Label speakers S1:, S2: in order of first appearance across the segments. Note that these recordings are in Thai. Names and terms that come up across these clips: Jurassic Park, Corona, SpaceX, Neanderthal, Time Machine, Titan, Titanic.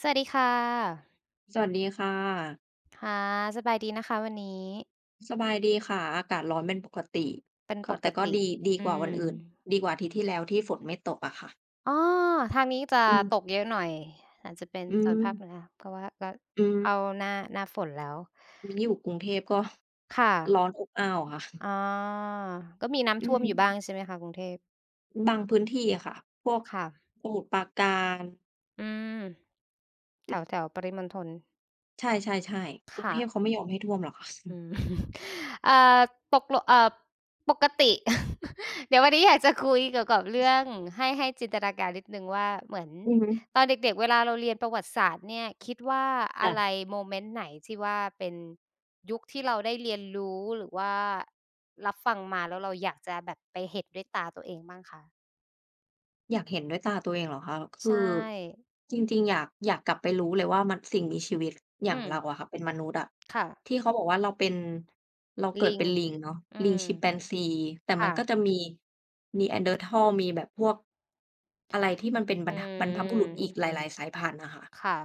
S1: สวัสดีค่ะ
S2: สวัสดีค่ะ
S1: ค่ะสบายดีนะคะวันนี้
S2: สบายดีค่ะ อากาศร้อนเป็นปกติ
S1: เป็น
S2: ก็
S1: ปก
S2: แต่ก็
S1: ติ
S2: ดีดีก
S1: อื
S2: ว่าวัน
S1: ม
S2: อื่น ดีกว่าอาทิตย์ที่แล้วที่ฝนไม่ตกอะค่ะ
S1: อ๋อทางนี้จะ
S2: อืม
S1: ตกเยอะหน่อยอาจจะเป็น
S2: อื
S1: โซน
S2: ม
S1: ภาคเหนือเพราะว่าก็
S2: อืม
S1: เข้าหน้าฝนแล้ว
S2: มิ้นอยู่กรุงเทพก็
S1: ค่ะ
S2: ร้อนอบอ้าวค่ะ
S1: อ๋อก็มี
S2: อื
S1: น้ำท่ว
S2: ม
S1: มอยู่บ้างใช่ไหมคะกรุงเทพ
S2: บางพื้นที่อะค่ะ พวก
S1: ค่ะ
S2: สมุทรปราการ
S1: อืม แถวๆปริมณฑล
S2: ใช่ๆๆกรุงเท
S1: ค่ะ
S2: พเขาไม่ยอมให้ท่วมหรอกค่ะ
S1: อืม เอ่อตกลงปกติ เดี๋ยววันนี้อยากจะคุยเกี่ยวกับเรื่องให้จินตนาการนิดหนึ่งว่าเหมือน
S2: อื
S1: ต
S2: อ
S1: อนเด็กๆเวลาเราเรียนประวัติศาสตร์เนี่ยคิดว่าอะไร
S2: จ้ะ
S1: โมเมนต์ไหนที่ว่าเป็นยุคที่เราได้เรียนรู้หรือว่ารับฟังมาแล้วเราอยากจะแบบไปเห็นด้วยตาตัวเองบ้างคะ
S2: อยากเห็นด้วยตาตัวเองเหรอคะ คื
S1: ใช่
S2: อจริงๆอยากอยากกลับไปรู้เลยว่ามันสิ่งมีชีวิตอ
S1: อื
S2: ย่าง
S1: ม
S2: เราอะค่ะเป็นมนุษย์อะ
S1: ค่ะ
S2: ที่เขาบอกว่าเราเป็นเราเกิด
S1: ลิง
S2: เป็นลิงเนาะ
S1: อื
S2: ลิง
S1: ม
S2: ชิปแปนซีแต่มันก็จะ
S1: ค่ะ
S2: มี Neanderthal มีแบบพวกอะไรที่มันเป็นบ
S1: อื
S2: รรทบรรพบุรุษอีก
S1: ม
S2: หลายๆสายพันธุ์อะค่ะ
S1: ค่ะ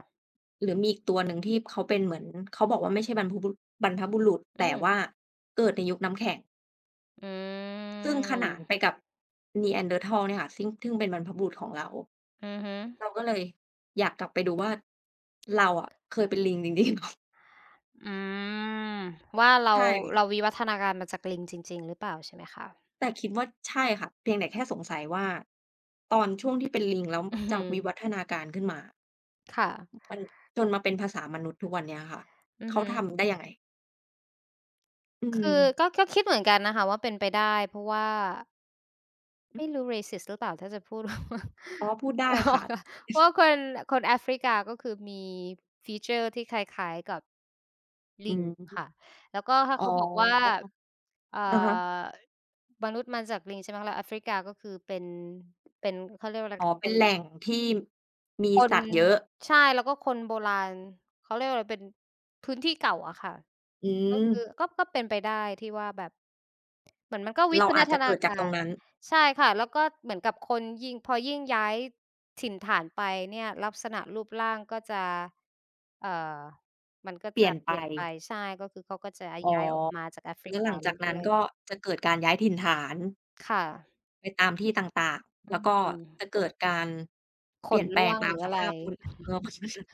S2: หรือมีอีกตัวหนึ่งที่เขาเป็นเหมือนเขาบอกว่าไม่ใช่บรรพบุบรรพบุรุษ
S1: อื
S2: แต่
S1: ม
S2: ว่าเกิดในยุคน้ำแข็ง
S1: อื
S2: ซึ่งขนานไป
S1: ม
S2: กับ Neanderthal เนี่ยค่ะซึ่งเป็นบรรพบุรุษของเรา
S1: อือฮึ
S2: เราก็เลยอยากกลับไปดูว่าเราอะเคยเป็นลิงจริงๆ เหรอ
S1: อืมว่าเรา
S2: ใช่
S1: เราวิวัฒนาการมาจากลิงจริงๆหรือเปล่าใช่ไหมคะ
S2: แต่คิดว่าใช่ค่ะเพียงแต่แค่สงสัยว่าตอนช่วงที่เป็นลิงแล้ว
S1: อือ
S2: จะ
S1: ฮึ
S2: วิวัฒนาการขึ้นมา
S1: ค่ะ
S2: มันจนมาเป็นภาษามนุษย์ทุกวันเนี้ยค่ะ
S1: อือ
S2: เขา
S1: ฮึ
S2: ทำได้ยังไงอืม
S1: คือก็คิดเหมือนกันนะคะว่าเป็นไปได้เพราะว่า
S2: อื
S1: ไม่
S2: อ
S1: รู้ racist หรือเปล่าถ้าจะพูด ว่า
S2: อ๋อพูดได้ค่ะ
S1: เพราะว่าคนแอฟริกาก็คือมีฟีเชอร์ที่คล้ายๆกับลิ
S2: อื
S1: ง
S2: ม
S1: ค่ะแล้วก็ถ้า
S2: อ๋อ
S1: เขาบอกว่าเอ่
S2: อะฮะ
S1: อมนุษย์มาจากลิงใช่ไหมคะแล้วแอฟริกาก็คือเป็นเป็นเขาเรียกว่าอะไร
S2: อ๋อเป็
S1: เป็
S2: น
S1: น
S2: แหล่งที่มี
S1: คน
S2: สัตว์เยอะ
S1: ใช่แล้วก็คนโบราณเขาเรียกว่าอะไรเป็นพื้นที่เก่าอะค่ะ
S2: อื
S1: ก็
S2: ม
S1: คือก็เป็นไปได้ที่ว่าแบบเหมือนมันก็วิ
S2: เรา
S1: วั
S2: อาจ
S1: ฒ
S2: จะ
S1: นา
S2: เกิดจากต
S1: กา
S2: รง
S1: ร
S2: นั้น
S1: ใช่ค่ะแล้วก็เหมือนกับคนยิ่งพอยิ่งย้ายถิ่นฐานไปเนี่ยลักษณะรูปร่างก็จะเอ่อมันก็
S2: เป
S1: จะ
S2: ลี่ยน
S1: เป
S2: ไป
S1: ลี่ยนไปใช่ก็คือเขาก็จะ
S2: อ๋อ
S1: ย้ายออกมาจากแอฟริ
S2: แล้วห
S1: กา
S2: ลัง
S1: เ
S2: จากนั้
S1: รื่
S2: น
S1: อย
S2: ก็
S1: ๆ
S2: จะเกิดการย้ายถิ่นฐาน
S1: ค่ะ
S2: ไปตามที่ต่างๆ
S1: อื
S2: แล้วก็จะ
S1: ม
S2: เกิดการ
S1: ข
S2: เปลี่
S1: น
S2: ยนแปล
S1: ร่
S2: ง
S1: วง
S2: ตา
S1: ห
S2: ม
S1: รือ
S2: ส
S1: อะไร
S2: ภาพภูมิ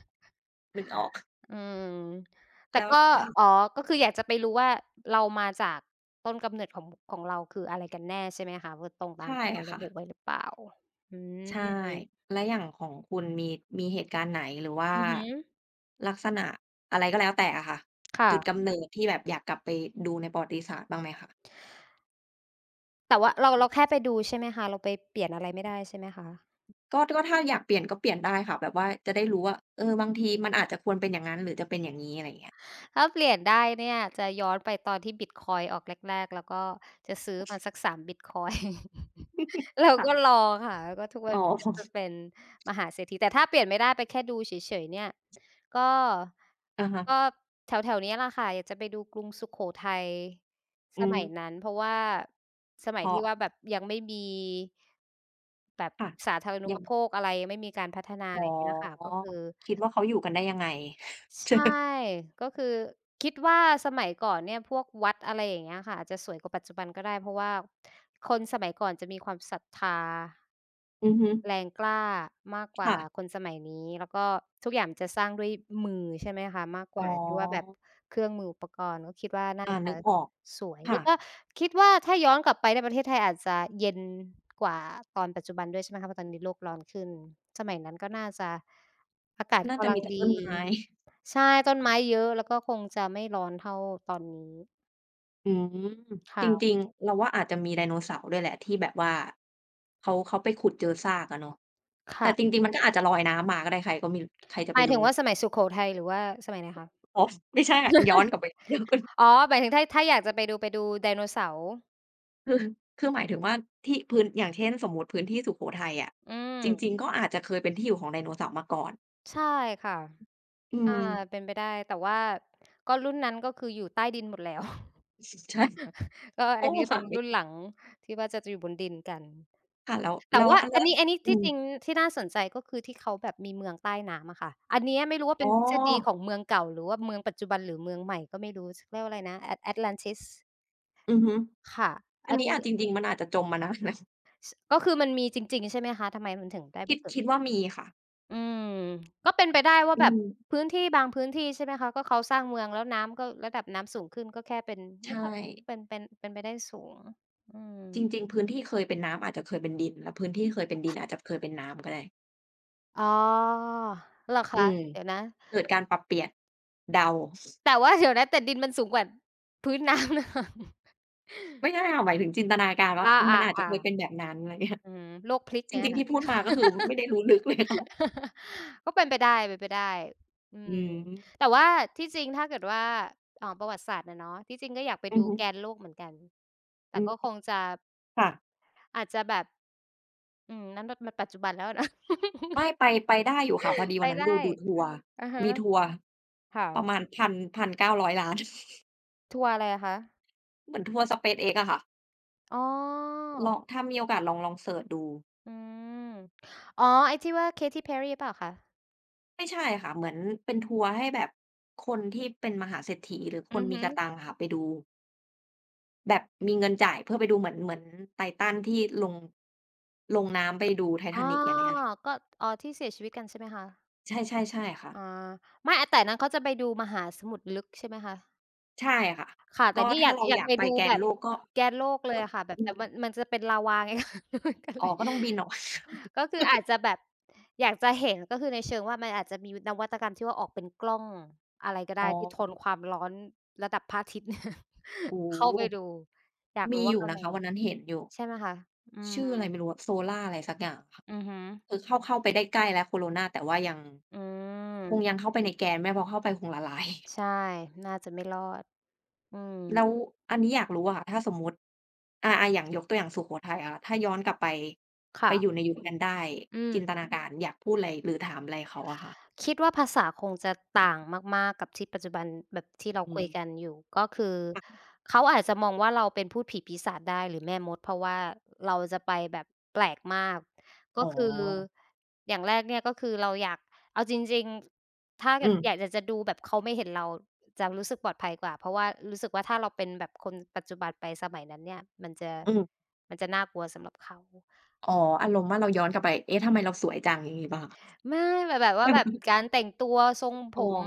S2: นึกออก
S1: อืมแต่
S2: แล้ว
S1: ก็
S2: ถ้า
S1: อ๋อก็คืออยากจะไปรู้ว่าเรามาจากต้นกำเนิดของเราคืออะไรกันแน่ใช่ไหมคะว่าตรงตาม
S2: ใช่
S1: ที่เขาระ
S2: ค่ะ
S1: บุไว้หรือเปล่าอื
S2: ใช่
S1: ม
S2: แล้วอย่างของคุณมีเหตุการณ์ไหนหรือว่า
S1: อือฮึ
S2: ลักษณะอะไรก็แล้วแต่อะค่ะจุดกำ
S1: ค่ะ
S2: เนิดที่แบบอยากกลับไปดูในประวัติศาสตร์บ้างไหมคะ
S1: แต่ว่าเราแค่ไปดูใช่ไหมคะเราไปเปลี่ยนอะไรไม่ได้ใช่ไหมคะ
S2: ก็ถ้าอยากเปลี่ยนก็เปลี่ยนได้ค่ะแบบว่าจะได้รู้ว่าเออบางทีมันอาจจะควรเป็นอย่างนั้นหรือจะเป็นอย่างงี้อะไรอย่างเงี้ย
S1: ถ้าเปลี่ยนได้เนี่ยจะย้อนไปตอนที่บิตคอยน์ออกแรกๆแล้วก็จะซื้อมาสัก3บิตคอยน์ แล้ ว
S2: ค่ะ
S1: ก็รอค่ะแล้วก็ทุกวั
S2: อ๋
S1: น
S2: อ
S1: นี้ก็จะเป็นมหาเศรษฐีแต่ถ้าเปลี่ยนไม่ได้ไปแค่ดูเฉยๆเนี่ยก็
S2: อะฮะ
S1: ก็แถวๆเนี้ยแหละค่ะอยากจะไปดูกรุงสุโขทัยส
S2: อืม
S1: มัยนั้นเพราะว่าสมั
S2: เพ
S1: ย
S2: ราะ
S1: ที่ว่าแบบยังไม่มีแบบ
S2: ค่ะ
S1: สาธารณู
S2: ยั
S1: ป
S2: ง
S1: โภคอะไรยังไม่มีการพัฒนาอะ
S2: อ๋
S1: ไรอย่างเงี้ยค่ะก็
S2: อ
S1: คือ
S2: คิดว่าเขาอยู่กันได้ยังไง ใช่
S1: ใช่
S2: ไหม
S1: ก็คือคิดว่าสมัยก่อนเนี่ยพวกวัดอะไรอย่างเงี้ยค่ะอาจจะสวยกว่าปัจจุบันก็ได้เพราะว่าคนสมัยก่อนจะมีความศรัทธา
S2: อือฮึ
S1: แรงกล้ามากกว่าค
S2: ค่ะ
S1: นสมัยนี้แล้วก็ทุกอย่างมันจะสร้างด้วยมือใช่ไหมคะมากก
S2: อ๋อ
S1: ว่าที่ว่าแบบเครื่องมืออุปกรณ์ก็คิดว่าน่า
S2: อา
S1: จะ
S2: นึกออก
S1: สวยแล้
S2: ค่ะ
S1: วก็คิดว่าถ้าย้อนกลับไปในประเทศไทยอาจจะเย็นกว่าตอนปัจจุบันด้วยใช่ไหมคะเพราะตอนนี้โลกร้อนขึ้นสมัยนั้นก็น่าจะอากาศ
S2: น่าจะ
S1: กำลั
S2: มี
S1: ง
S2: แต่
S1: ดี
S2: ต้นไม้
S1: ใช่ต้นไม้เยอะแล้วก็คงจะไม่ร้อนเท่าตอนนี้
S2: อืมจริ
S1: ค่ะ
S2: งๆเราว่าอาจจะมีไดโนเสาร์ด้วยแหละที่แบบว่าเขาไปขุดเจอซากอะเนาะแต่จ
S1: ค่ะ
S2: ริงๆมันก็อาจจะลอยน้ำมาก็ได้ใครก็ไมีใครจะ
S1: ห
S2: ไป
S1: มายถึง
S2: รู้
S1: ว่าสมัยสุโขทัยหรือว่าสมัยไหนคะ
S2: อ๋อไม่ใช่อะย้อนกลับไป เดี๋ยวก่อน
S1: อ๋อหมายถึงถ้าอยากจะไปดูไดโนเสาร์
S2: คือคือหมายถึงว่าที่พื้นอย่างเช่นสมมติพื้นที่สุโขทัยอะ
S1: อื
S2: จริ
S1: ม
S2: งๆก็อาจจะเคยเป็นที่อยู่ของไดโนเสาร์มาก่อน
S1: ใช่ค่ะ
S2: อื
S1: อา
S2: ม
S1: เป็นไปได้แต่ว่าก็รุ่นนั้นก็คืออยู่ใต้ดินหมดแล้ว
S2: ใช่
S1: ก็อั
S2: โอ้
S1: นนี้ก็เป็
S2: หา
S1: น
S2: มวิ
S1: รุ่นหลังที่ว่าจะอยู่บนดินกัน
S2: ค่ะแล้ว
S1: แต่ว่า
S2: อัน
S1: อั
S2: นั้
S1: น
S2: น
S1: นี้อันนี้
S2: อื
S1: ที่
S2: ม
S1: จริงที่น่าสนใจก็คือที่เขาแบบมีเมืองใต้น้ำอะค่ะอันเนี้ยไม่รู้ว่า
S2: อ๋
S1: เป็
S2: อ
S1: นทฤษฎีของเมืองเก่าหรือว่าเมืองปัจจุบันหรือเมืองใหม่ก็ไม่รู้เรียกว่าอะไรนะ Atlantis
S2: อือฮึ
S1: ค่ะ
S2: อั
S1: อั
S2: น
S1: น
S2: นี้
S1: นี้
S2: อาจจริงๆมันอาจจะจมมานาน นะ
S1: ก็คือมันมีจริงๆใช่ไหมคะทำไมมันถึงได้ไป
S2: คิด
S1: เกิด
S2: คิดว่ามีค่ะ
S1: อืมก็เป็นไปได้ว่า
S2: อื
S1: แบบ
S2: ม
S1: พื้นที่บางพื้นที่ใช่ไหมคะก็เขาสร้างเมืองแล้วน้ำก็ระดับน้ำสูงขึ้นก็แค่เป็นมัน
S2: ใช่
S1: ก็เป็นไปได้สูงอืม
S2: จริงๆพื้นที่เคยเป็นน้ำอาจจะเคยเป็นดินแล้วพื้นที่เคยเป็นดินอาจจะเคยเป็นน้ำก็ได้
S1: อ๋อเหรอ
S2: อื
S1: คะ
S2: ม
S1: เดี๋ยวนะ
S2: เกิดการปรับเปลี่ยนเดา
S1: แต่ว่าเดี๋ยวนะแต่ดินมันสูงกว่าพื้นน้ำนะคะ
S2: ไม่ใช่ค่ะหมายถึงจินตนาการ
S1: อ
S2: ว่าอืมมั
S1: า
S2: นอาจจะเคย
S1: ๆ
S2: เป็
S1: ๆ
S2: นแบบนั้นอะไรเงี้ย
S1: อืมโลกพลิก
S2: จ
S1: เงี้ย
S2: ริงๆ
S1: ค่ะ
S2: ที่พูดมาก็คือไม่ได้รู้ลึกเลยเนาะ
S1: ก็เป็นไปได้เป็นไปได้อื
S2: อื
S1: ม
S2: ม
S1: แต่ว่าที่จริงถ้าเกิดว่าประวัติศาสตร์อะเนาะที่จริงก็อยากไป
S2: อื
S1: ดู
S2: อฮึ
S1: แกนโลกเหมือนกันแต่
S2: อื
S1: ก็ค
S2: ม
S1: งจะ
S2: ค่ะ
S1: อาจจะแบบอืมนั้นมันมันปัจจุบันแล้วอะเนาะ
S2: ไม่ ไปไปได้อยู่ค่ะพอดี
S1: ไป
S2: วันนั้น
S1: ได้
S2: ดูทัวร์
S1: อะฮะ
S2: มีทัวร์
S1: ค่ะ
S2: ประมาณ1นพันเก้9 0 0อยล้าน
S1: ทัวร์อะไรอะคะ
S2: เหมือนทัวร์ SpaceX อะค่ะ
S1: อ๋อ
S2: ลองถ้ามีโอกาสลองเซิร์ชดู
S1: อืมอ๋อไอ้ที่ว่า Katy Perry หรือเปล่าคะ
S2: ไม่ใช่ค่ะเหมือนเป็นทัวร์ให้แบบคนที่เป็นมหาเศรษฐีหรือค
S1: อื
S2: น
S1: อ
S2: มี
S1: ฮึ
S2: กะตังอะค่ะไปดูแบบมีเงินจ่ายเพื่อไปดูเหมือน Titan ที่ลงน้ำไปดู
S1: อ๋อ
S2: Titanic อย่างเงี้ย
S1: ก็อ๋อที่เสียชีวิตกันใช่ไหมคะ
S2: ใช่ๆใช่ค่ะ
S1: อาไม่แต่อันนั้นเขาจะไปดูมหาสมุทรลึกใช่ไหมคะ
S2: ใช่ค่ะ
S1: ค่ะ แต่
S2: ก็
S1: นี่อ
S2: ถ้า
S1: ยาก
S2: เรา
S1: อ
S2: อ
S1: ยาก
S2: ยาก
S1: ไป
S2: ไป
S1: ดู
S2: แก
S1: แบ
S2: น
S1: บ
S2: โลกก็
S1: แกนโลกเล
S2: ก็
S1: ยอะค่ะแบบ
S2: อื
S1: แต่
S2: ม
S1: มันจะเป็นลาวาไงคะ ก็
S2: อ๋
S1: เล
S2: อ
S1: ย
S2: ก็ต้องบินออ ก
S1: ก็คืออาจจะแบบ อยากจะเห็นก็คือในเชิงว่ามันอาจจะมีนวัตกรรมที่ว่าออกเป็นกล้องอะไรก็
S2: อ๋
S1: ได้
S2: อ
S1: ที่ทนความร้อนระดับพระอาทิตย์
S2: โอ้
S1: เข้า
S2: โฮ
S1: ไปดู อยาก
S2: มี
S1: รู้
S2: อ
S1: ว่า
S2: ยู่
S1: ข้าง
S2: นะ
S1: ใน
S2: คะวันนั้นเห็นอยู่
S1: ใช่ไหมคะอืม
S2: ชื่ออะไรไม่รู้อะ Solar อะไรสักอย่างค่ะ
S1: อือฮึ
S2: คือเข้าไปได้ใกล้แล้ว Corona แต่ว่ายัง
S1: อื
S2: คง
S1: ม
S2: ยังเข้าไปในแกนไม่เพอเข้าไปคงละลาย
S1: ใช่น่าจะไม่รอด อืม
S2: แล้วอันนี้อยากรู้อะค่ะถ้าสมมุติอย่างยกตัวอย่างสุโขทัยอะถ้าย้อนกลับไปไปอยู่ใน
S1: ค่ะ
S2: ยุคนั้นได้
S1: อืม
S2: จินตนาการอยากพูดอะไรหรือถามอะไรเขาอะค่ะ
S1: คิดว่าภาษาคงจะต่างมากๆกับที่ปัจจุบันแบบที่เรา
S2: อื
S1: คุยกัน
S2: ม
S1: อยู่ก็คือ
S2: ค่ะ
S1: เขาอาจจะมองว่าเราเป็นพูดผีปีศาจได้หรือแม่มดเพราะว่าเราจะไปแบบแปลกมากก็
S2: อ๋อ
S1: คืออย่างแรกเนี่ยก็คือเราอยากเอาจริงๆถ้า
S2: อื
S1: แบบอยาก
S2: ม
S1: จะดูแบบเขาไม่เห็นเราจะรู้สึกปลอดภัยกว่าเพราะว่ารู้สึกว่าถ้าเราเป็นแบบคนปัจจุบันไปสมัยนั้นเนี่ยมันจะ
S2: อืม
S1: มันจะน่ากลัวสำหรับเขา
S2: อ๋ออารมณ์ว่าเราย้อนกลับไปเอ๊ะทำไมเราสวยจังอย่างงี้เปล่าคะ
S1: ไม่แบบแบบ
S2: แบ
S1: ว่าแบบกา
S2: บ
S1: รแต่งตัวทรงผ
S2: อ๋อ
S1: ม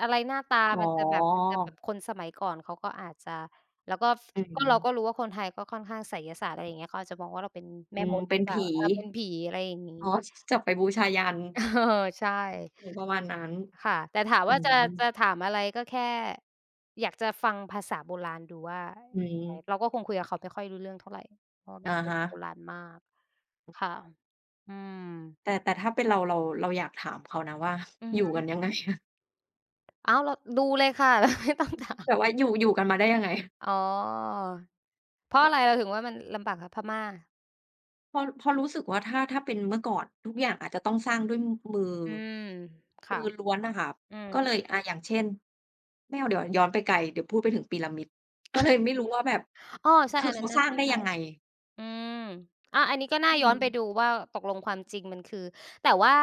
S1: อะไรหน้าตา
S2: อ๋อ
S1: มันจะแบบคนสมัยก่อนเขาก็อาจจะแล้วก็
S2: อื
S1: ก็เราก็รู้
S2: ม
S1: ว่าคนไทยก็ค่อนข้างไสยศาสตร์อะไรอย่างเงี้ยเขาอาจจะมองว่าเราเป็นแม่
S2: อื
S1: ม
S2: ม
S1: ด
S2: เป็
S1: หรื
S2: น
S1: อเปล่า
S2: ผี
S1: เออเป็นผีอะไรอย่างงี้
S2: อ๋อ จับไปบูชายัญ
S1: เออใช่
S2: เออประมาณนั้น
S1: ค่ะแต่ถาม
S2: อื
S1: ว่าจะ
S2: ม
S1: จะถามอะไรก็แค่อยากจะฟังภาษาโบราณดูว่า
S2: อืม
S1: ยังไงเราก็คงคุยกับเขาไม่ค่อยรู้เรื่องเท่าไรเพราะว่าเป็น
S2: อะ
S1: คน
S2: ฮะ
S1: โบราณมากค่ะอืม
S2: แต่แต่ถ้าเป็นเราอยากถามเขานะว่า
S1: อือ
S2: อยู่
S1: ฮึ
S2: กันยังไง อะ
S1: อ้าวเราดูเลยค่ะ ไม่ต้องถาม
S2: แบบว่าอยู่กันมาได้ยังไง
S1: อ๋อเพราะอะไรเราถึงว่ามันลำบากกับพม่า
S2: เพราะรู้สึกว่าถ้าเป็นเมื่อก่อนทุกอย่างอาจจะต้องสร้างด้วยมือ
S1: อืมค่ะอืม
S2: ก็เลยอย่างเช่นไม่เอาเดี๋ยวย้อนไปไกลเดี๋ยวพูดไปถึงพีระมิดก็เลยไม่รู้ว่าแบบ
S1: อ้อใช่
S2: คือ
S1: อันนั้
S2: เขา
S1: น
S2: ส
S1: น่า
S2: ร้าง
S1: สน
S2: ได้
S1: ใจ
S2: ยังไง
S1: อืมอะอันนี้ก็น่า
S2: อื
S1: ย้อ
S2: ม
S1: นไปดูว่าตกลงความจริงมันคือแต่ว่า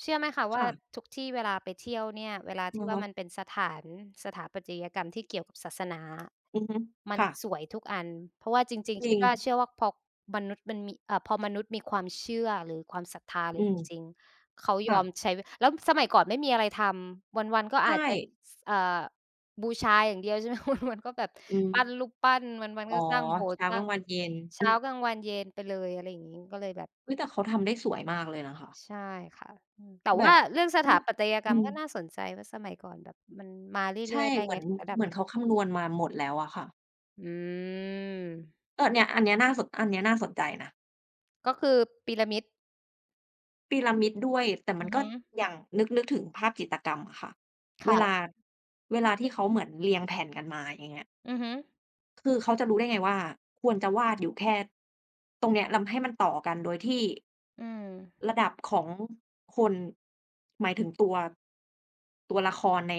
S1: เชื่อไหมคะว่า
S2: ค่ะ
S1: ทุกที่เวลาไปเที่ยวเนี่ยเวลาที่
S2: อะ
S1: ว่า
S2: ฮะ
S1: มันเป็นสถาปัตยกรรมที่เกี่ยวกับศาสนา
S2: อือฮึ
S1: มัน
S2: ค่ะ
S1: สวยทุกอันเพราะว่าจริง
S2: จ
S1: ๆ
S2: ริ
S1: คิด
S2: ง
S1: ว่าเชื่อว่าพอมนุษย์มันมีพอมนุษย์มีความเชื่อหรือความศรัทธาเล
S2: อื
S1: ย
S2: ม
S1: จริงๆเขายอ
S2: ค่ะ
S1: มใช้แล้วสมัยก่อนไม่มีอะไรทำวันๆก็
S2: ใช่
S1: อาจจะสเอ่อบูชาอย่างเดียวใช่ไหม วันๆก็แบบ
S2: อืม
S1: ปั้นรูปปั้นวันๆ
S2: อ๋
S1: ก็
S2: อ
S1: สร้างโบสถ์
S2: เช้า
S1: ส
S2: ก
S1: ร้า
S2: ลา
S1: ง
S2: งวันเย็นอื
S1: เช้า
S2: ม
S1: กลางวันเย็นไปเลยอะไรอย่างงี้ก็เลยแบบ
S2: เฮ้ยแต่เขาทำได้สวยมากเลยนะคะ
S1: ใช่ค่ะอืมแต่
S2: แบ
S1: ว่า
S2: บ
S1: เรื่องสถา
S2: เนาะ
S1: ปัตยกร
S2: อื
S1: รมม
S2: ม
S1: ก็น่าสนใจว่าสมัยก่อนแบบมันมาเรื่
S2: ใช่
S1: อยๆได้
S2: เหมื
S1: ไง
S2: อน
S1: ถึงระดั
S2: เห
S1: บ
S2: มือนเขาคำนวณมาหมดแล้วอะค่ะ
S1: อืม
S2: เออเนี่ยอันเนี้ยน่าสนอันเนี้ยน่าสนใจนะ
S1: ก็คือพีระมิด
S2: พีระมิดด้วยแต่มั
S1: อื
S2: น
S1: อ
S2: ก็
S1: ฮึ
S2: อย่างนึกถึงภาพจิตรกรรมอะค่ะเวลา
S1: ค่ะ
S2: เวลาที่เขาเหมือนเรียงแผ่นกันมาอย่างเงี้ย
S1: อือฮึ
S2: คือเขาจะรู้ได้ไงว่าควรจะวาดอยู่แค่ตรงเนี้ยแล้วให้มันต่อกันโดยที่
S1: อืม
S2: ระดับของคนหมายถึงตัวละครใน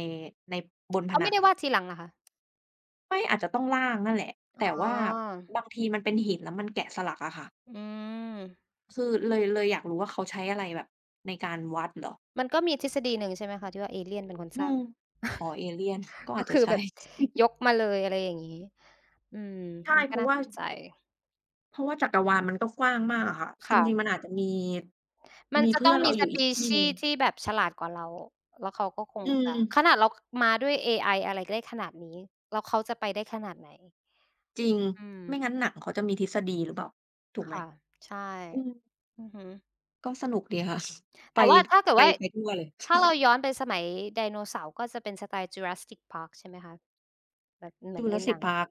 S2: ในบนผ
S1: เขา
S2: นั
S1: ไม่
S2: ง
S1: ได้วาดทีหลังเหรอคะ
S2: ไม่อาจจะต้องร่างนั่นแหละ
S1: อ๋
S2: แต่ว่า
S1: อ
S2: บางทีมันเป็นหินแล้วมันแกะสลักอะค่ะ
S1: อืม
S2: คือเลยอยากรู้ว่าเขาใช้อะไรแบบในการวัดเหรอ
S1: มันก็มีทฤษฎีหนึ่งใช่ไหมคะที่ว่าเอเลี่ยนเป็นคน
S2: อื
S1: สร้าง
S2: มอ๋อเอเลี่ยนก็
S1: ก็
S2: อาจจะ
S1: คือ
S2: ใช่
S1: แบบยกมาเลยอะไรอย่างงี้อืม
S2: ใช่
S1: มัน
S2: เพ
S1: ก็
S2: ราะ
S1: น่า
S2: ว่า
S1: สนใจ
S2: เพราะว่าจักรวาลมันก็กว้างมากอะค่ะจริงๆมัน
S1: ค่ะ
S2: อาจจะมี
S1: มัน
S2: มี
S1: จะ
S2: เพื่
S1: ต้อ
S2: อ
S1: ง
S2: น
S1: มี
S2: เราอยู่อีกที่หนึ่
S1: species
S2: ง
S1: ที่แบบฉลาดกว่าเรา แล้วเขาก็คง
S2: อื
S1: จะ ขนาด
S2: ม
S1: เรามาด้วยเอไออะไรได้ขนาดนี้ แล้วเขาจะไปได้ขนาดไหน
S2: จริง
S1: อืม
S2: ไม่งั้นหนังเขาจะมีทฤษฎีหรือเปล่าถูกไหม
S1: ค่ะ ใช่
S2: อืม
S1: อือฮึ
S2: ก็สนุกดีค่ะ ไป
S1: แต่ว่าถ้าเกิด
S2: ไป
S1: ว่า
S2: ไปทั่วเลย
S1: ถ้าเราย้อนไปสมัยไดโนเสาร์ก็จะเป็นสไตล์ Jurassic Park ใช่ไหมคะ แบบเหมือนในหนั
S2: Jurassic
S1: ง
S2: Park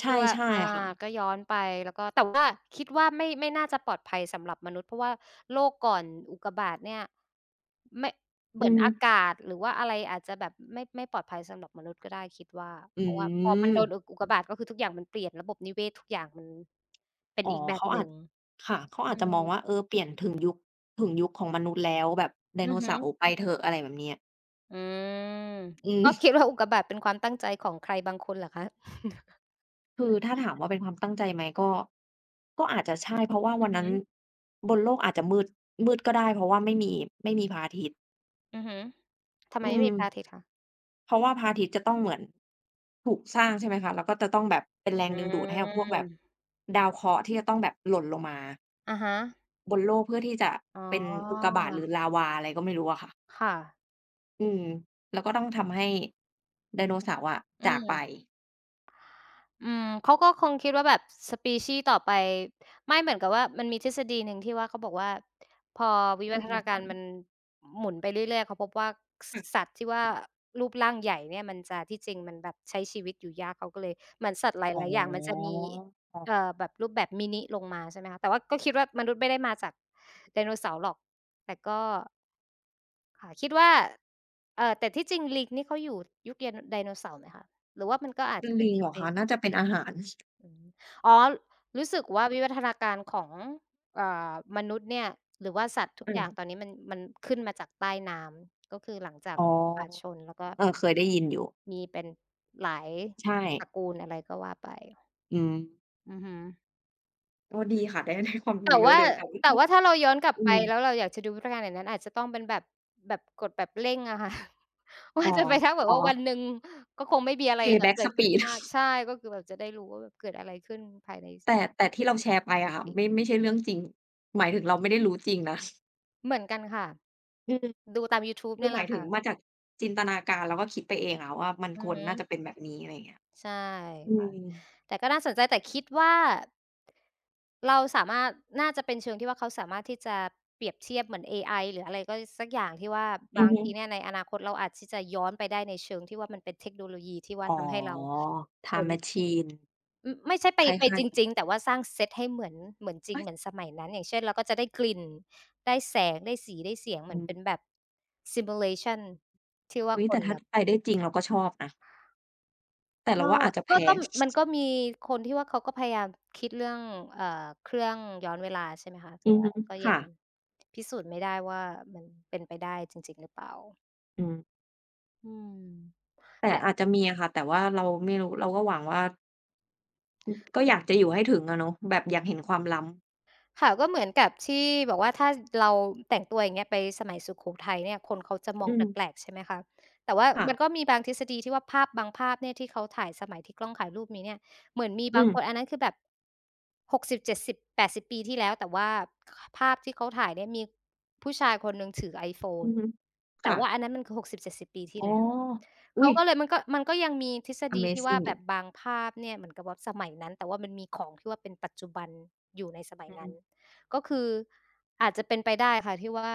S2: ใช่
S1: ที่ว่า
S2: ใช่
S1: อา
S2: ค่ะ
S1: ก็ย้อนไปแล้วก็แต่ว่าคิดว่าไม่น่าจะปลอดภัยสำหรับมนุษย์เพราะว่าโลกก่อนอุกกาบาตเนี่ยไม่เห
S2: อื
S1: มือ
S2: อ
S1: น
S2: ฮึ
S1: อากาศหรือว่าอะไรอาจจะแบบไม่ปลอดภัยสำหรับมนุษย์ก็ได้คิดว่า
S2: อื
S1: เพราะว่าพอมันโดนอุก
S2: ม
S1: อุกกาบาตก็คือทุกอย่างมันเปลี่ยนระบบนิเวศทุกอย่างมันเป็น
S2: อ๋อ
S1: อีกแบบ
S2: เขา
S1: ห
S2: อา
S1: นึ่
S2: จ
S1: ง
S2: ค่ะเขา
S1: อื
S2: อาจจะมองว่า
S1: ม
S2: เออเปลี่ยนถึงยุคของมนุษย์แล้วแบบไดโน
S1: อือฮึ
S2: เสาร์ไปเถอะอะไรแบบเนี้ย
S1: อืม
S2: อื
S1: ก็
S2: ม
S1: คิดว่าอุกกาบาตเป็นความตั้งใจของใครบางคนเหรอคะ
S2: คือถ้าถามว่าเป็นความตั้งใจไหมก็ก็อาจจะใช่เพราะว่า
S1: อื
S2: วัน
S1: อ
S2: นั้
S1: ฮึ
S2: นบนโลกอาจจะมืดก็ได้เพราะว่าไม่มีพระอาทิตย์
S1: อือฮึทำไม
S2: อื
S1: ไม่
S2: ม
S1: มีพระอาทิตย์คะ
S2: เพราะว่าพระอาทิตย์จะต้องเหมือนถูกสร้างใช่ไหมคะแล้วก็จะต้องแบบเป็น
S1: อื
S2: แรงดึงดูดให้กับพวกแบบ
S1: ม
S2: ดาวเคราะห์ที่จะต้องแบบหล่นลงมา
S1: อะฮะ
S2: บนโลกเพื่อที่จะ
S1: อ๋
S2: เป็นอุก
S1: อ
S2: กาบาตหรือลาวาอะไรก็ไม่รู้อะค่ะ
S1: ค่ะ
S2: อืมแล้วก็ต้องทำให้ไดโนเสาร์อะ
S1: อื
S2: จากไป
S1: มอืมเขาก็คงคิดว่าแบบสปีชีส์ต่อไปไม่เหมือนกับว่ามันมีทฤษฎีหนึ่งที่ว่าเขาบอกว่าพอวิวัฒนาการมันหมุนไปเรื่อยๆเขาพบว่าสสัตว์ที่ว่ารูปร่างใหญ่เนี่ยมันจะที่จริงมันแบบใช้ชีวิตอยู่ยากเขาก็เลยเหมือนสัตว์ห
S2: อ๋อ
S1: ลายๆอย่างมันจะมีแบบรูปแบบมินิลงมาใช่ไหมคะแต่ว่าก็คิดว่ามนุษย์ไม่ได้มาจากไดโนเสาร์หรอกแต่ก็ ค่ะคิดว่าแต่ที่จริงลิงนี่เขาอยู่ยุคไดโนเสาร์ไหมคะหรือว่ามันก็อาจจะเป็
S2: ลิ
S1: น
S2: ง
S1: ส
S2: เหรอ
S1: เป
S2: คะ
S1: ซ
S2: น่าจะเป็นอาหาร
S1: อืมอ๋อรู้สึกว่าวิวัฒนาการของมนุษย์เนี่ยหรือว่าสัตว์ทุก
S2: อื
S1: อย่างตอน
S2: ม
S1: นี้มันมันขึ้นมาจากใต้น้ำก็คือหลังจาก
S2: อ๋อ
S1: อากาศชนแล้วก็
S2: เออเคยได้ยินอยู่
S1: มีเป็นหลาย
S2: ใช่
S1: ตระกูลอะไรก็ว่าไป
S2: อืม
S1: อือฮึ
S2: ก็ดีค่ะได้ได้ความรู้
S1: แต่
S2: เยอะ
S1: ว่า
S2: เลยแต่
S1: แต่ว่า ถ้าเราย้อนกลับ
S2: อื
S1: ไป
S2: ม
S1: แล้วเราอยากจะดูพิธีการอย่างนั้นอาจจะต้องเป็นแบบกดแบบเร่งอะค่ะ ว่า
S2: อ๋อ
S1: จะไปทัาแบบ
S2: อ๋อ
S1: ว่าวันหนึ่งก็คงไม่มีอะไรแบบ
S2: Payback
S1: เกิด
S2: s p
S1: ขึ้น
S2: e e
S1: มากใช่ก็คือแบบจะได้รู้ว่าแบบเกิดอะไรขึ้นภายใน2
S2: แต่แต่ที่เราแชร์
S1: 0
S2: ไป
S1: 3
S2: อะค่ะ
S1: ปี
S2: ไม่ไม่ใช่เรื่องจริงหมายถึงเราไม่ได้รู้จริงนะ
S1: เหมือนกันค่ะ
S2: อืม
S1: ดูตามยูทูบ
S2: คือ
S1: เนี่ย
S2: ห
S1: แห
S2: มา
S1: ละ
S2: ยถึง
S1: ค่ะ
S2: มาจากจินตนาการแล้วก็คิดไปเองอะว่ามัน
S1: อื
S2: ค
S1: อ
S2: วร
S1: ฮึ
S2: น่าจะเป็นแบบนี้อะไรอย่างเงี้ย
S1: ใช่
S2: อื
S1: ค่ะ
S2: ม
S1: แต่ก็น่าสนใจแต่คิดว่าเราสามารถน่าจะเป็นเชิงที่ว่าเขาสามารถที่จะเปรียบเทียบเหมือนเอไอหรืออะไรก็สักอย่างที่ว่า
S2: อื
S1: บา
S2: อ
S1: ง
S2: ฮึ
S1: ทีเนี่ยในอนาคตเราอาจที่จะย้อนไปได้ในเชิงที่ว่ามันเป็นเทคโนโลยีที่ว่า
S2: อ๋อ
S1: ทำให้เราเห็
S2: Time
S1: น
S2: Machine
S1: อือไม่ใช่ไป
S2: คล้
S1: ไป
S2: า
S1: จ
S2: ย
S1: ริงๆแต่ว่าสร้างเซตให้เหมือน
S2: ๆ
S1: จริง
S2: เฮ้ย
S1: เหมือนสมัยนั้นอย่างเช่นเราก็จะได้กลิ่นได้แสงได้สีได้เสียงเห
S2: อื
S1: มือนเป็น
S2: ม
S1: แบบ simulation ที่ว่า
S2: อุ๊ย
S1: ค
S2: แต่
S1: น
S2: ถ้า
S1: แบบ
S2: ไปได้จริงเราก็ชอบนะแต่เรา
S1: ก็
S2: ว่าอาจจะแพ
S1: ก็ก็
S2: ง
S1: มันก็มีคนที่ว่าเขาก็พยายามคิดเรื่องเอ่อเครื่องย้อนเวลาใช่ไหมคะแต่
S2: อือ
S1: ว่า
S2: ฮึ
S1: ก็ยั
S2: ค่ะ
S1: งพิสูจน์ไม่ได้ว่ามันเป็นไปได้จริงๆหรือเปล่า
S2: อืม
S1: อืม
S2: แต่
S1: แต่
S2: อาจจะมีอะค่ะแต่ว่าเราไม่รู้เราก็หวังว่าอก็อยากจะอยู่ให้ถึงอะเนาะแบบอยากเห็นความล้ำ
S1: ค่ะก็เหมือนกับที่บอกว่าถ้าเราแต่งตัวอย่างเงี้ยไปสมัยสุโขทัยเนี่ยคนเขาจะมอ
S2: อื
S1: งแป
S2: ม
S1: ลกๆใช่ไหมคะแต่ว่ามันก็
S2: ค่ะ
S1: มีบางทฤษฎีที่ว่าภาพบางภาพเนี่ยที่เขาถ่ายสมัยที่กล้องถ่ายรูปมีเนี่ยเหมือนมี
S2: อื
S1: บาง
S2: ม
S1: คนอันนั้นคือแบบหกสิบเจ็ดสิบแปดสิบปีที่แล้วแต่ว่าภาพที่เขาถ่ายเนี่ยมีผู้ชายคนหนึ่งถือ
S2: อื
S1: iPhone
S2: อฮึ
S1: แต่
S2: ค่ะ
S1: ว่าอันนั้นมันคือหกสิบเจ็ดสิบปีที่
S2: อ๋อ
S1: แล้ว
S2: อุ๊
S1: เขา
S2: ย
S1: ก็เลยมันก็ยังมีทฤษ
S2: อ
S1: ฎี
S2: m a z
S1: ที่
S2: i
S1: ว่า
S2: n g อ
S1: แบ
S2: ยู่
S1: บบางภาพเนี่ยเหมือนกับว่าสมัยนั้นแต่ว่ามันมีของที่ว่าเป็นปัจจุบันอยู่ในสมัย
S2: อืม
S1: นั้น ก็คืออาจจะเป็นไปได้ค่ะที่ว่า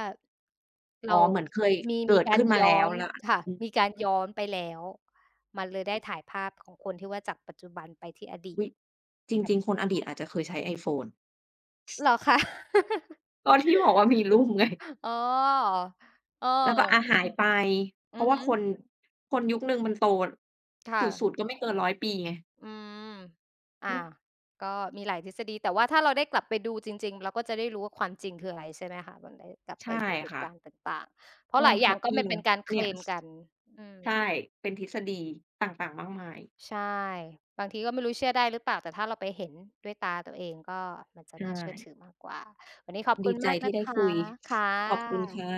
S2: อ๋อ
S1: เรา
S2: เหมือนเคย
S1: มี
S2: เกิด
S1: การ
S2: ขึ้นมา
S1: ย้
S2: แล้
S1: อ
S2: ว
S1: น
S2: แล้ว
S1: ค่ะ
S2: อืม
S1: มีการย้อนไปแล้วมันเลยได้ถ่ายภาพของคนที่ว่าจากปัจจุบันไปที่อดีต
S2: อุ๊ยจริงๆคน
S1: capture
S2: อดีต
S1: ไว
S2: อาจจะเคยใช้iPhone
S1: เหรอคะ
S2: ก็ที่บอกว่ามีลูกไง
S1: อ๋อเอ
S2: แล้วก็
S1: อ
S2: หายไป เพ
S1: อือ
S2: ราะว่า
S1: ฮึ
S2: คนยุคหนึ่งมันโตสุด
S1: ค่ะ
S2: ๆ ก็ไม่เกิน100 ปีไง
S1: อืมอา
S2: อืม
S1: ก็มีหลายทฤษฎีแต่ว่าถ้าเราได้กลับไปดูจริงๆเราก็จะได้รู้ว่าความจริงคืออะไรใช่ไหมคะมันได้กลับไป
S2: ใช่
S1: ดูเหตุ
S2: ค่ะ
S1: การณ์ต่างๆเพราะห
S2: ก็
S1: ลายอ
S2: แฮ
S1: ย่าง
S2: ป
S1: ก็
S2: ปี
S1: มันเป็
S2: เนาะ
S1: นการเค
S2: เนี่
S1: ล
S2: ย
S1: มกันอืม
S2: ใช่ เป็นทฤษฎีต่างๆ มากมาย
S1: ใช่บางทีก็ไม่รู้เชื่อได้หรือเปล่าแต่ถ้าเราไปเห็นด้วยตาตัวเองก็มันจะน่า
S2: ใช่
S1: เชื่อถือมากกว่าวันนี้ขอบคุ
S2: ดี
S1: ณ
S2: ใจ
S1: มาก
S2: ที่
S1: นะ
S2: ได้
S1: คะ
S2: คุย
S1: ค่
S2: ขอบคุณค่ะ
S1: ะ